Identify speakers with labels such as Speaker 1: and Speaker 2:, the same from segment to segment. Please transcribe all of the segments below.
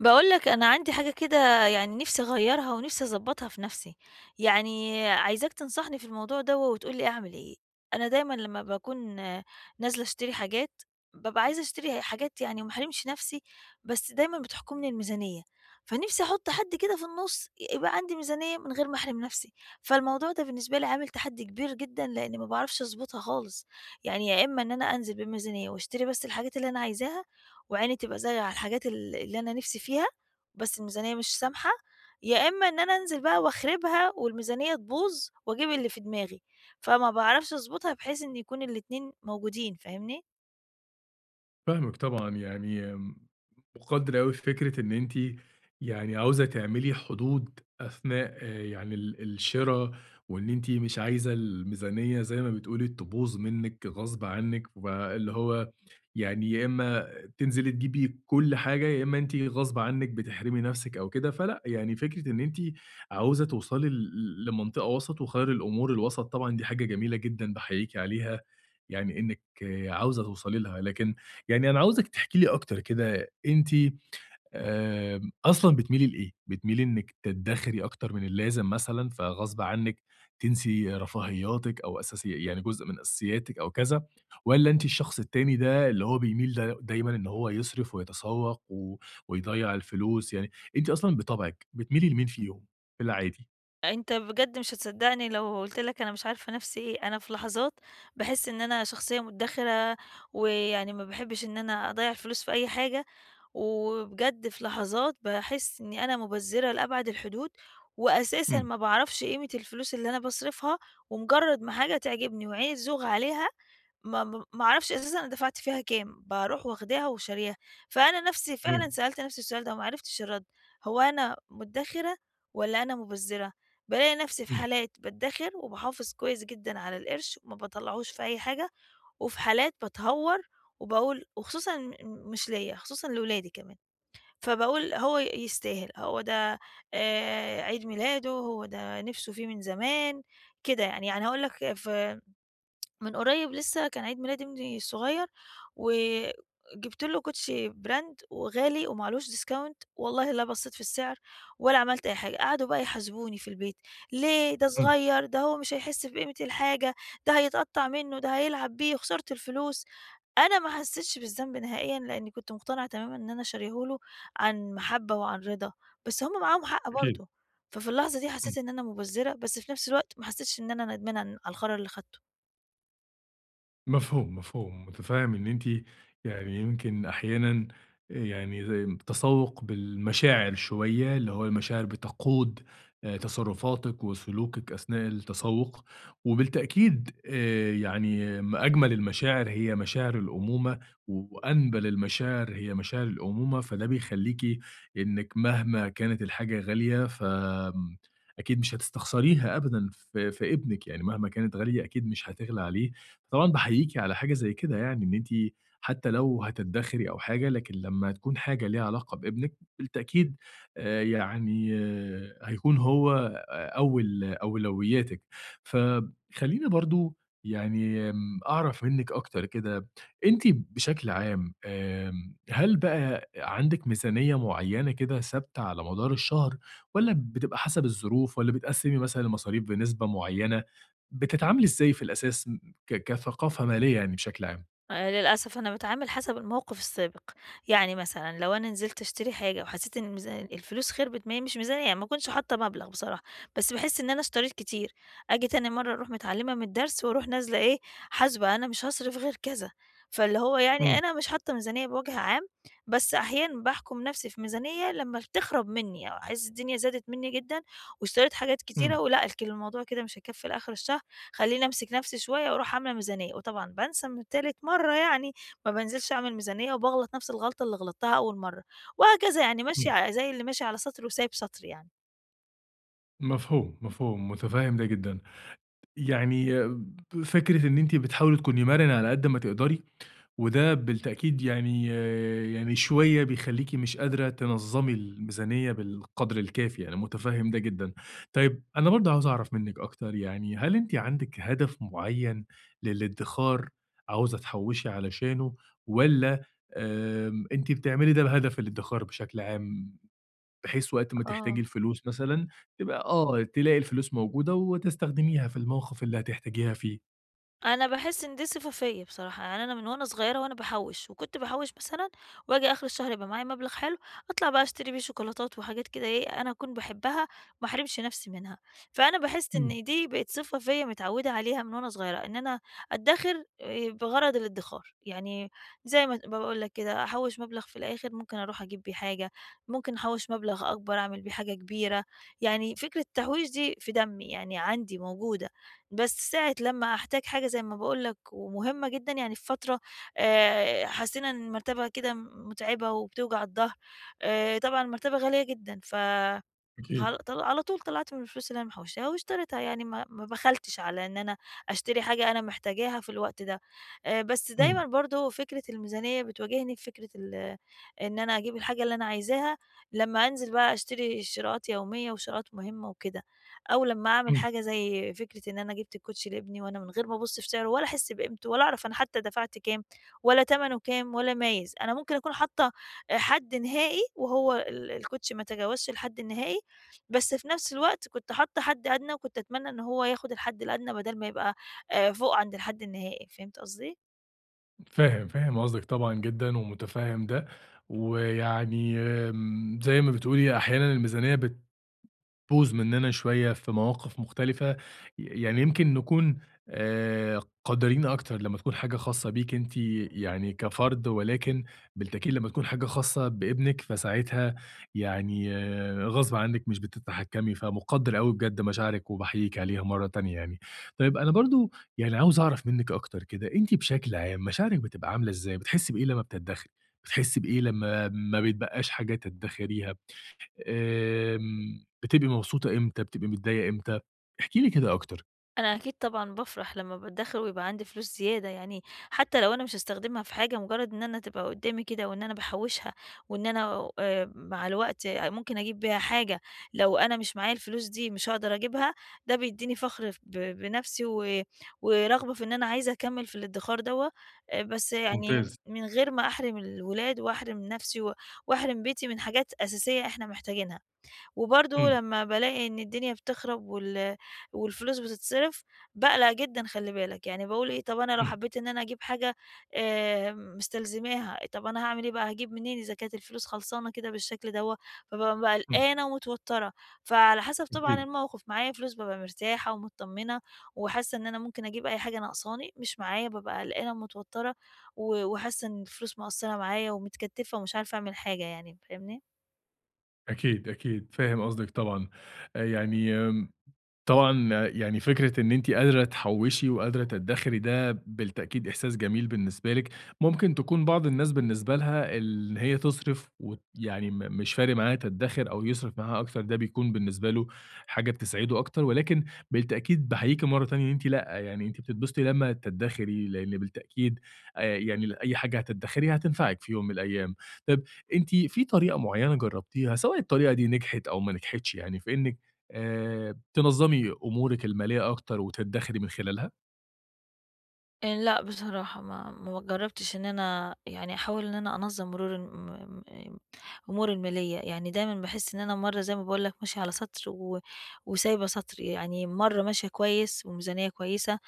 Speaker 1: باقول لك أنا عندي حاجة كده يعني نِفْسي أغيّرها ونِفْسي أضبّطها في نَفْسي، يعني عايزاك تنصحني في الموضوع دوّة وتقول لي أعمل إيه؟ أنا دايمًا لمّا باكون نازلة أشتري حاجات، بابقى عايزة أشتري حاجات يعني وما احرمش نَفْسي، بس دايمًا بتحكمني الميزانية، فنِفْسي أحُط حد كده في النُص يبقى عندي ميزانية من غير ما أحرم نَفْسي، فالموضوع ده بالنسبة لي عامل تحدّي كبير جدًا لإني ما باعرفش أضبطها خالص، يعني يا إمّا إن أنا أنزل بميزانية وأشتري بس الحاجات اللي أنا عايزاها، وعيني تبقى زايغة على الحاجات اللي أنا نِفْسي فيها، بس الميزانية مش سامحة، يا إمّا إن أنا أنزل بقى وأخربها والميزانية تبوظ وأجيب اللي في دماغي، فما باعرفش أضبطها بحيث إن يكون الاتنين موجودين، فاهمني؟
Speaker 2: فاهمِك طبعًا، يعني مُقدّر أوي فكرة إن أنتِ يعني عاوزة تعملي حدود أثناء يعني ال الشِرا، وإن أنتِ مش عايزة الميزانية زي ما بتقولي تبوظ منِّك غصب عنِّك، فاللي هو يعني يا إمّا تنزلي تجيبي كل حاجة، يا إمّا أنتِ غصب عنِّك بتحرمي نَفْسِك أو كده، فلأ، يعني فكرة إن أنتِ عاوزة توصلي لمنطقة وسط، وخير الأمور الوسط طبعًا دي حاجة جميلة جدًا باحييكِ عليها، يعني إنِّك آه، عاوزة توصلي لها، لكن يعني أنا عاوزِك تحكي لي أكتر كده، أنتِ أصلًا بتميلي لإيه؟ بتميلي إنِّك تدخري أكتر من اللازم مثلًا، فغصب عنِّك تنسي رفاهياتِك أو أساسي يعني جزء من أساسياتِك أو كذا، والّا أنتِ الشخص التاني ده اللي هو بيميل دايمًا إن هو يصرف ويتسوق ويضيّع الفلوس، يعني أنتِ أصلًا بطبعِك بتميلي لمين فيهم في العادي؟
Speaker 1: أنت بجد مش هتصدّقني لو قُلت لك أنا مش عارفة نَفْسي إيه، أنا في لحظات باحس إن أنا شخصية مُدّخِرة، ويعني ما باحبّش إن أنا أضيّع الفلوس في أي حاجة، وبجد في لحظات باحس إنّي أنا مُبذّرة لأبعد الحدود، وأساسًا
Speaker 2: إمم،
Speaker 1: ما باعرفش قيمة الفلوس اللي أنا باصرفها، ومجرّد ما حاجة تعجبني وعيني تزوغ عليها ما أعرفش أساسًا أنا دفعت فيها كام، باروح واخداها وشارياها، فأنا نفسي فعلًا
Speaker 2: تمام،
Speaker 1: سألت نفسي السؤال ده وما عرفتش الرد، هو أنا مدخرة والّا أنا مبذرة؟ بالاقي نفسي في
Speaker 2: إمم،
Speaker 1: حالات بادخر وباحافظ كويس جدًا على القرش وما باطلعهوش في أي حاجة، وفي حالات باتهور وباقول وخصوصًا مش ليّا، خصوصًا لولادي كمان، فباقول هو يستاهل، هو ده عيد ميلاده، هو ده نِفسه فيه من زمان، كده يعني. يعني هاقول لك في من قريب لسه كان عيد ميلاد ابني الصغير، وجِبت له كوتشي براند وغالي ومعلهوش discount، والله لا بصّيت في السعر ولا عملت أي حاجة، قعدوا بقى يحاسبوني في البيت، ليه ده
Speaker 2: إمم،
Speaker 1: صغير، ده هو مش هيحس بقيمة الحاجة، ده هيتقطّع منه، ده هيلعب بيه، خسرت الفلوس. أنا ما حسيتش بالذنب نهائيًا، لإني كنت مقتنعة تمامًا إن أنا شارياه له عن محبة وعن رضا، بس هم معاهم حق
Speaker 2: أكيد،
Speaker 1: برضه، ففي اللحظة دي
Speaker 2: إمم.
Speaker 1: حسيت إن أنا مُبذّرة، بس في نفس الوقت ما حسيتش إن أنا ندمانة على القرار اللي خدته.
Speaker 2: مفهوم، مفهوم، متفهم إن أنتِ يعني يمكن أحيانًا يعني زي تسوّق بالمشاعر شوية، اللي هو المشاعر بتقود تصرفاتِك وسلوكِك أثناء التسوّق، وبالتأكيد يعني ما أجمل المشاعر هي مشاعر الأمومة، وأنبل المشاعر هي مشاعر الأمومة، فده بيخلّيكِ إنِّك مهما كانت الحاجة غالية ف أكيد مش هتستخسريها أبدًا في ابنِك، يعني مهما كانت غالية أكيد مش هتغلى عليه فطبعًا باحييكِ على حاجة زي كده يعني، إن أنتِ حتى لو هتدخري أو حاجة، لكن لمّا تكون حاجة ليها علاقة بابنِك بالتأكيد يعني آه، هيكون هو أول أولوياتِك. فخلّيني برضه يعني أعرف منِّك أكتر كده، أنتِ بشكل عام هل بقى عندِك ميزانية معيّنة كده ثابتة على مدار الشهر والّا بتبقى حسب الظروف والّا بتقسّمي مثلًا المصاريف بنسبة معيّنة؟ بتتعاملي إزاي في الأساس كثقافة مالية يعني بشكل عام؟
Speaker 1: للأسف أنا باتعامل حسب الموقف السابق، يعني مثلًا لو أنا نزلت أشتري حاجة وحسيت إن الفلوس خربت ما هي مش ميزانية يعني ما اكونش حاطة مبلغ بصراحة، بس باحس إن أنا اشتريت كتير، آجي تاني مرّة أروح متعلمة من الدرس وأروح نازلة إيه، حاسبة أنا مش هاصرف غير كذا، فاللي هو يعني
Speaker 2: إمم،
Speaker 1: أنا مش حاطة ميزانية بوجه عام، بس أحيانًا باحكم نفسي في ميزانية لمّا بتخرب مني أو أحس الدنيا زادت مني جدًا واشتريت حاجات كتيرة،
Speaker 2: إمم،
Speaker 1: ولأ الك الموضوع كده مش هيكفي لآخر الشهر. خلّيني أمسك نفسي شوية وأروح عاملة ميزانية، وطبعًا بانسى من تالت مرّة يعني، ما بانزلش أعمل ميزانية وباغلط نفس الغلطة اللي غلطتها أول مرّة، وهكذا يعني ماشية
Speaker 2: إمم،
Speaker 1: ع زي اللي ماشي على سَطْر وسايب سَطْر يعني.
Speaker 2: مفهوم، مفهوم، متفهّم ده جدًا. يعني فكرة إن أنتِ بتحاولي تكوني مرنة على قد ما تقدري وده بالتأكيد يعني شوية بيخلّيكِ مش قادرة تنظّمي الميزانية بالقدر الكافي، أنا متفهّم ده جدًا. طيب أنا برضه عاوز أعرف منِّك أكتر يعني هل أنتِ عندِك هدف معيّن للادّخار عاوزة تحوّشي علشانه والّا أنتِ بتعملي ده بهدف الادّخار بشكل عام، بحيث وقت ما تحتاجي
Speaker 1: آه.
Speaker 2: الفلوس مثلًا تبقى آه، تلاقي الفلوس موجودة وتستخدميها في الموقف اللي هتحتاجيها فيه؟
Speaker 1: أنا باحس إن دي صفة فيّا بصراحة، يعني أنا من وأنا صغيرة وأنا باحوّش، وكنت باحوّش مثلًا وآجي آخر الشهر يبقى معايا مبلغ حلو، أطلع بقى أشتري بيه شوكولاتات وحاجات كده إيه، أنا أكون باحبها وما احرمش نفسي منها، فأنا باحس
Speaker 2: إمم،
Speaker 1: إن دي بقت صفة فيّا متعوّدة عليها من وأنا صغيرة، إن أنا أدّخر بغرض الادّخار، يعني زي ما باقول لك كده أحوّش مبلغ في الآخر ممكن أروح أجيب بيه حاجة، ممكن أحوّش مبلغ أكبر أعمل بيه حاجة كبيرة، يعني فكرة التحويش دي في دمي، يعني عندي موجودة. بس ساعة لمّا أحتاج حاجة زي ما باقول لك ومهمة جدًا، يعني في فترة حسينا إن المرتبة كده متعبة وبتوجع الضهر، طبعًا المرتبة غالية جدًا ف
Speaker 2: أكيد.
Speaker 1: خل طل على طول طلعت من الفلوس اللي أنا محوشاها واشتريتها، يعني ما بخلتش على إن أنا أشتري حاجة أنا محتاجاها في الوقت ده، بس
Speaker 2: إمم،
Speaker 1: دايمًا برضه فكرة الميزانية بتواجهني في فكرة إن أنا أجيب الحاجة اللي أنا عايزاها لمّا أنزل بقى أشتري شراءات يومية وشراءات مهمة وكده، أو لمّا أعمل
Speaker 2: إمم.
Speaker 1: حاجة زي فكرة إن أنا جبت الكوتشي لابني وأنا من غير ما أبُص في سعره ولا أحس بقيمته ولا أعرف أنا حتى دفعت كام ولا تمنه كام ولا مايز، أنا ممكن أكون حاطة آه، حد نهائي وهو الكوتشي ما تجاوزش الحد النهائي بس في نفس الوقت كنت حاطة حد أدنى، وكنت أتمنى إن هو ياخد الحد الأدنى بدل ما يبقى فوق عند الحد النهائي، فهمت قصدي؟
Speaker 2: فاهم، فاهم قصدِك طبعًا جدًا ومُتفهِّم ده، ويعني زي ما بتقولي أحيانًا الميزانية بوظ مننا شوية في مواقف مختلفة، يعني يمكن نكون قدّرين أكتر لمّا تكون حاجة خاصة بيك أنتِ يعني كفرد، ولكن بالتأكيد لمّا تكون حاجة خاصة بابنِك فساعتها يعني آه، غصب عنِّك مش بتتحكمي، فمُقدّر أوي بجد مشاعرِك وباحييكِ عليها مرّة تانية يعني. طيب أنا برضه يعني عاوز أعرف منِّك أكتر كده، أنتِ بشكل عام مشاعرِك بتبقى عاملة إزاي؟ بتحسّي بإيه لمّا بتتدخلي؟ بتحسّي بإيه لمّا ما بيتبقاش حاجة تدّخريها؟ بتبقي مبسوطة إمتى، بتبقي متضايقة إمتى؟ احكي لي كده أكتر.
Speaker 1: أنا أكيد طبعًا بافرح لمّا بادخّر ويبقى عندي فلوس زيادة، يعني حتى لو أنا مش هاستخدمها في حاجة، مجرد إن أنا تبقى قدامي كده وإن أنا باحوّشها، وإن أنا مع الوقت ممكن أجيب بيها حاجة لو أنا مش معايا الفلوس دي مش هاقدر أجيبها، ده بيدّيني فخر ف ب بنفسي ورغبة في إن أنا عايزة أكمّل في الادّخار دوّة، بس يعني
Speaker 2: ممتاز.
Speaker 1: من غير ما أحرم الولاد وأحرم نفسي وأحرم بيتي من حاجات أساسية إحنا محتاجينها. وبرضه
Speaker 2: إمم،
Speaker 1: لمّا بالاقي إن الدنيا بتخرب والفلوس بتتصرف، باقلق جدًا خلّي بالك، يعني باقول إيه طب أنا لو
Speaker 2: إمم،
Speaker 1: حبيت إن أنا أجيب حاجة مستلزماها، طب أنا هاعمل إيه بقى، هاجيب منين إذا كانت الفلوس خلصانة كده بالشكل دوّة، فبابقى
Speaker 2: إمم،
Speaker 1: قلقانة ومتوترة، فعلى حسب طبعًا
Speaker 2: أكيد،
Speaker 1: الموقف، معايا فلوس بابقى مرتاحة ومتطمنة وحاسة إن أنا ممكن أجيب أي حاجة ناقصاني، مش معايا بابقى قلقانة ومتوترة وحاسة إن الفلوس مقصرة معايا ومتكتفة ومش عارفة أعمل حاجة يعني، فاهمني؟
Speaker 2: أكيد، أكيد، فاهم قصدك طبعًا. يعني طبعًا يعني فكرة إن أنتِ قادرة تحوّشي وقادرة تدّخري ده بالتأكيد إحساس جميل بالنسبة لِك، ممكن تكون بعض الناس بالنسبة لها إن هي تصرف يعني مش فارق معاها تدّخر أو يصرف معاها أكتر، ده بيكون بالنسبة له حاجة بتسعده أكتر، ولكن بالتأكيد باحييكِ مرّة تانية إن أنتِ لأ، يعني أنتِ بتتبسطي لمّا تدّخري، لإن بالتأكيد يعني أي حاجة هتدّخريها هتنفعِك في يوم من الأيام. طب أنتِ في طريقة معيّنة جرّبتيها، سواء الطريقة دي نجحت أو ما نجحتش يعني في إنِّك تنظّمي أمورِك المالية أكتر وتدّخري من خلالها؟
Speaker 1: لأ بصراحة ما جرّبتش إن أنا يعني أحاول إن أنا أنظّم مرور الم- م م أموري المالية، يعني دايمًا باحس إن أنا مرّة زي ما باقول لك ماشية على سَطر وسايبة سَطر، يعني مرّة ماشية كويس وميزانية كويسة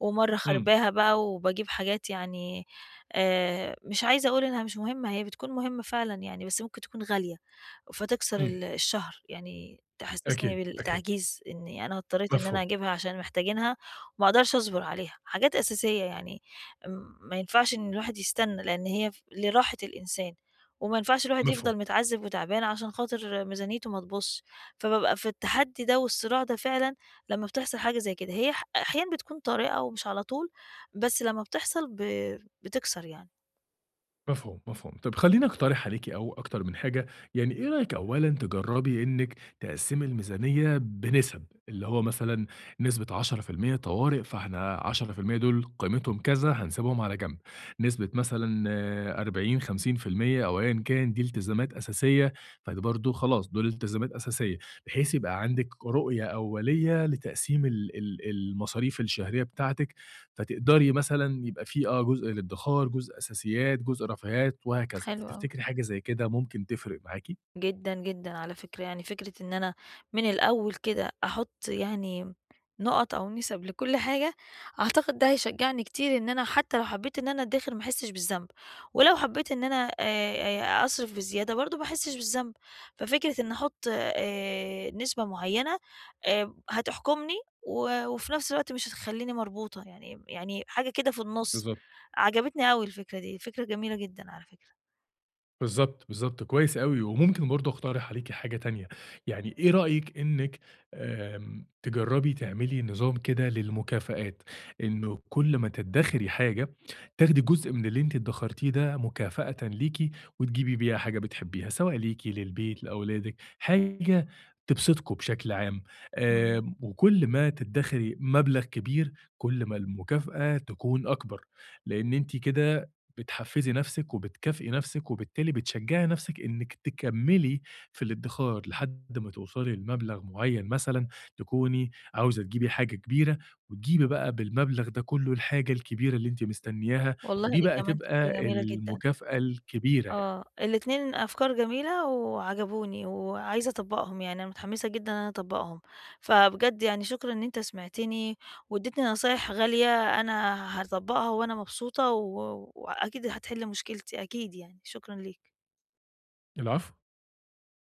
Speaker 1: ومرّة
Speaker 2: إمم،
Speaker 1: خرباها بقى وباجيب حاجات يعني مش عايزة أقول إنها مش مهمة، هي بتكون مهمة فعلًا يعني، بس ممكن تكون غالية، فتكسر
Speaker 2: إمم،
Speaker 1: الشهر، يعني
Speaker 2: أكيد،
Speaker 1: تحسسني
Speaker 2: أكيد،
Speaker 1: بالتعجيز إني أنا اضطريت إن أنا
Speaker 2: مفهوم،
Speaker 1: أجيبها عشان محتاجينها وما أقدرش أصبر عليها، حاجات أساسية يعني ما ينفعش إن الواحد يستنى، لإن هي ف لراحة الإنسان، وما ينفعش الواحد
Speaker 2: مفهوم.
Speaker 1: يفضل متعذب وتعبان عشان خاطر ميزانيته ما تبوظش، فبابقى في التحدي ده والصراع ده فعلًا لمّا بتحصل حاجة زي كده، هي أحيانًا بتكون طارئة ومش على طول، بس لمّا بتحصل بتكسر يعني.
Speaker 2: مفهوم، مفهوم. طب خلّيني أقترح عليكِ أو أكتر من حاجة، يعني إيه رأيِك أولًا تجرّبي إنِّك تقسّمي الميزانية بنِسَب، اللي هو مثلًا نسبة 10% طوارئ، فإحنا 10% دول قيمتهم كذا، هنسيبهم على جنب، نسبة مثلًا 40، 50% أو أيًا كان دي التزامات أساسية، فده برضه خلاص دول التزامات أساسية، بحيث يبقى عندِك رؤية أولية لتقسيم ال المصاريف الشهرية بتاعتِك فتقدري مثلًا يبقى في آه، جزء للادخار، جزء أساسيات، جزء رفاهيات وهكذا،
Speaker 1: حلو أوي.
Speaker 2: فتفتكري حاجة زي كده ممكن تفرق معاكِ؟
Speaker 1: جدًا، جدًا على فكرة، يعني فكرة إن أنا من الأول كده أحُط يعني نُقط أو نِسَب لكل حاجة، أعتقد ده هيشجّعني كتير إن أنا حتى لو حبّيت إن أنا أدّخر ما أحسّش بالذنب، ولو حبّيت إن أنا أصرف بزيادة برضه ما أحسّش بالذنب، ففكرة إني أحُط نسبة معيّنة هتحكُمني وفي نَفْس الوقت مش هتخلّيني مربوطة، يعني حاجة كده في النُص، عجبتني أوي الفكرة دي، فكرة جميلة جدًا على فكرة.
Speaker 2: بالضبط، بالضبط، كويس أوي، وممكن برضه أقترح عليكِ حاجة تانية، يعني إيه رأيِك إنِّك تجرّبي تعملي نظام كده للمكافآت، إنه كل ما تدّخري حاجة تاخدي جزء من اللي أنتِ ادّخرتيه ده مكافأةً ليكِ، وتجيبي بيها حاجة بتحبيها، سواء ليكِ، للبيت، لأولادِك، حاجة تبسطكم بشكل عام،
Speaker 1: إمم.
Speaker 2: وكل ما تدّخري مبلغ كبير، كل ما المكافأة تكون أكبر، لإن أنتِ كده بتحفّزي نَفْسِك وبتكافئي نَفْسِك، وبالتالي بتشجّعي نَفْسِك إنِّك تكمّلي في الادّخار لحد ما توصلي لمبلغ معيّن مثلًا، تكوني عاوزة تجيبي حاجة كبيرة، وتجيبي بقى بالمبلغ ده كُلّه الحاجة الكبيرة اللي أنتِ مستنياها،
Speaker 1: والله
Speaker 2: ودي
Speaker 1: دي
Speaker 2: بقى
Speaker 1: كمان فكرة
Speaker 2: تبقى
Speaker 1: جميلة جدًا.
Speaker 2: المكافأة الكبيرة يعني.
Speaker 1: آه، الاتنين أفكار جميلة وعجبوني، وعايزة أطبّقهم، يعني أنا متحمسة جدًا إن أنا أطبّقهم، فبجد يعني شكرًا إن أنت سمعتني، وادّيتني نصايح غالية أنا هاطبّقها وأنا مبسوطة وأكيد هتحل مشكلتي، أكيد يعني، شكرًا ليك.
Speaker 2: العفو.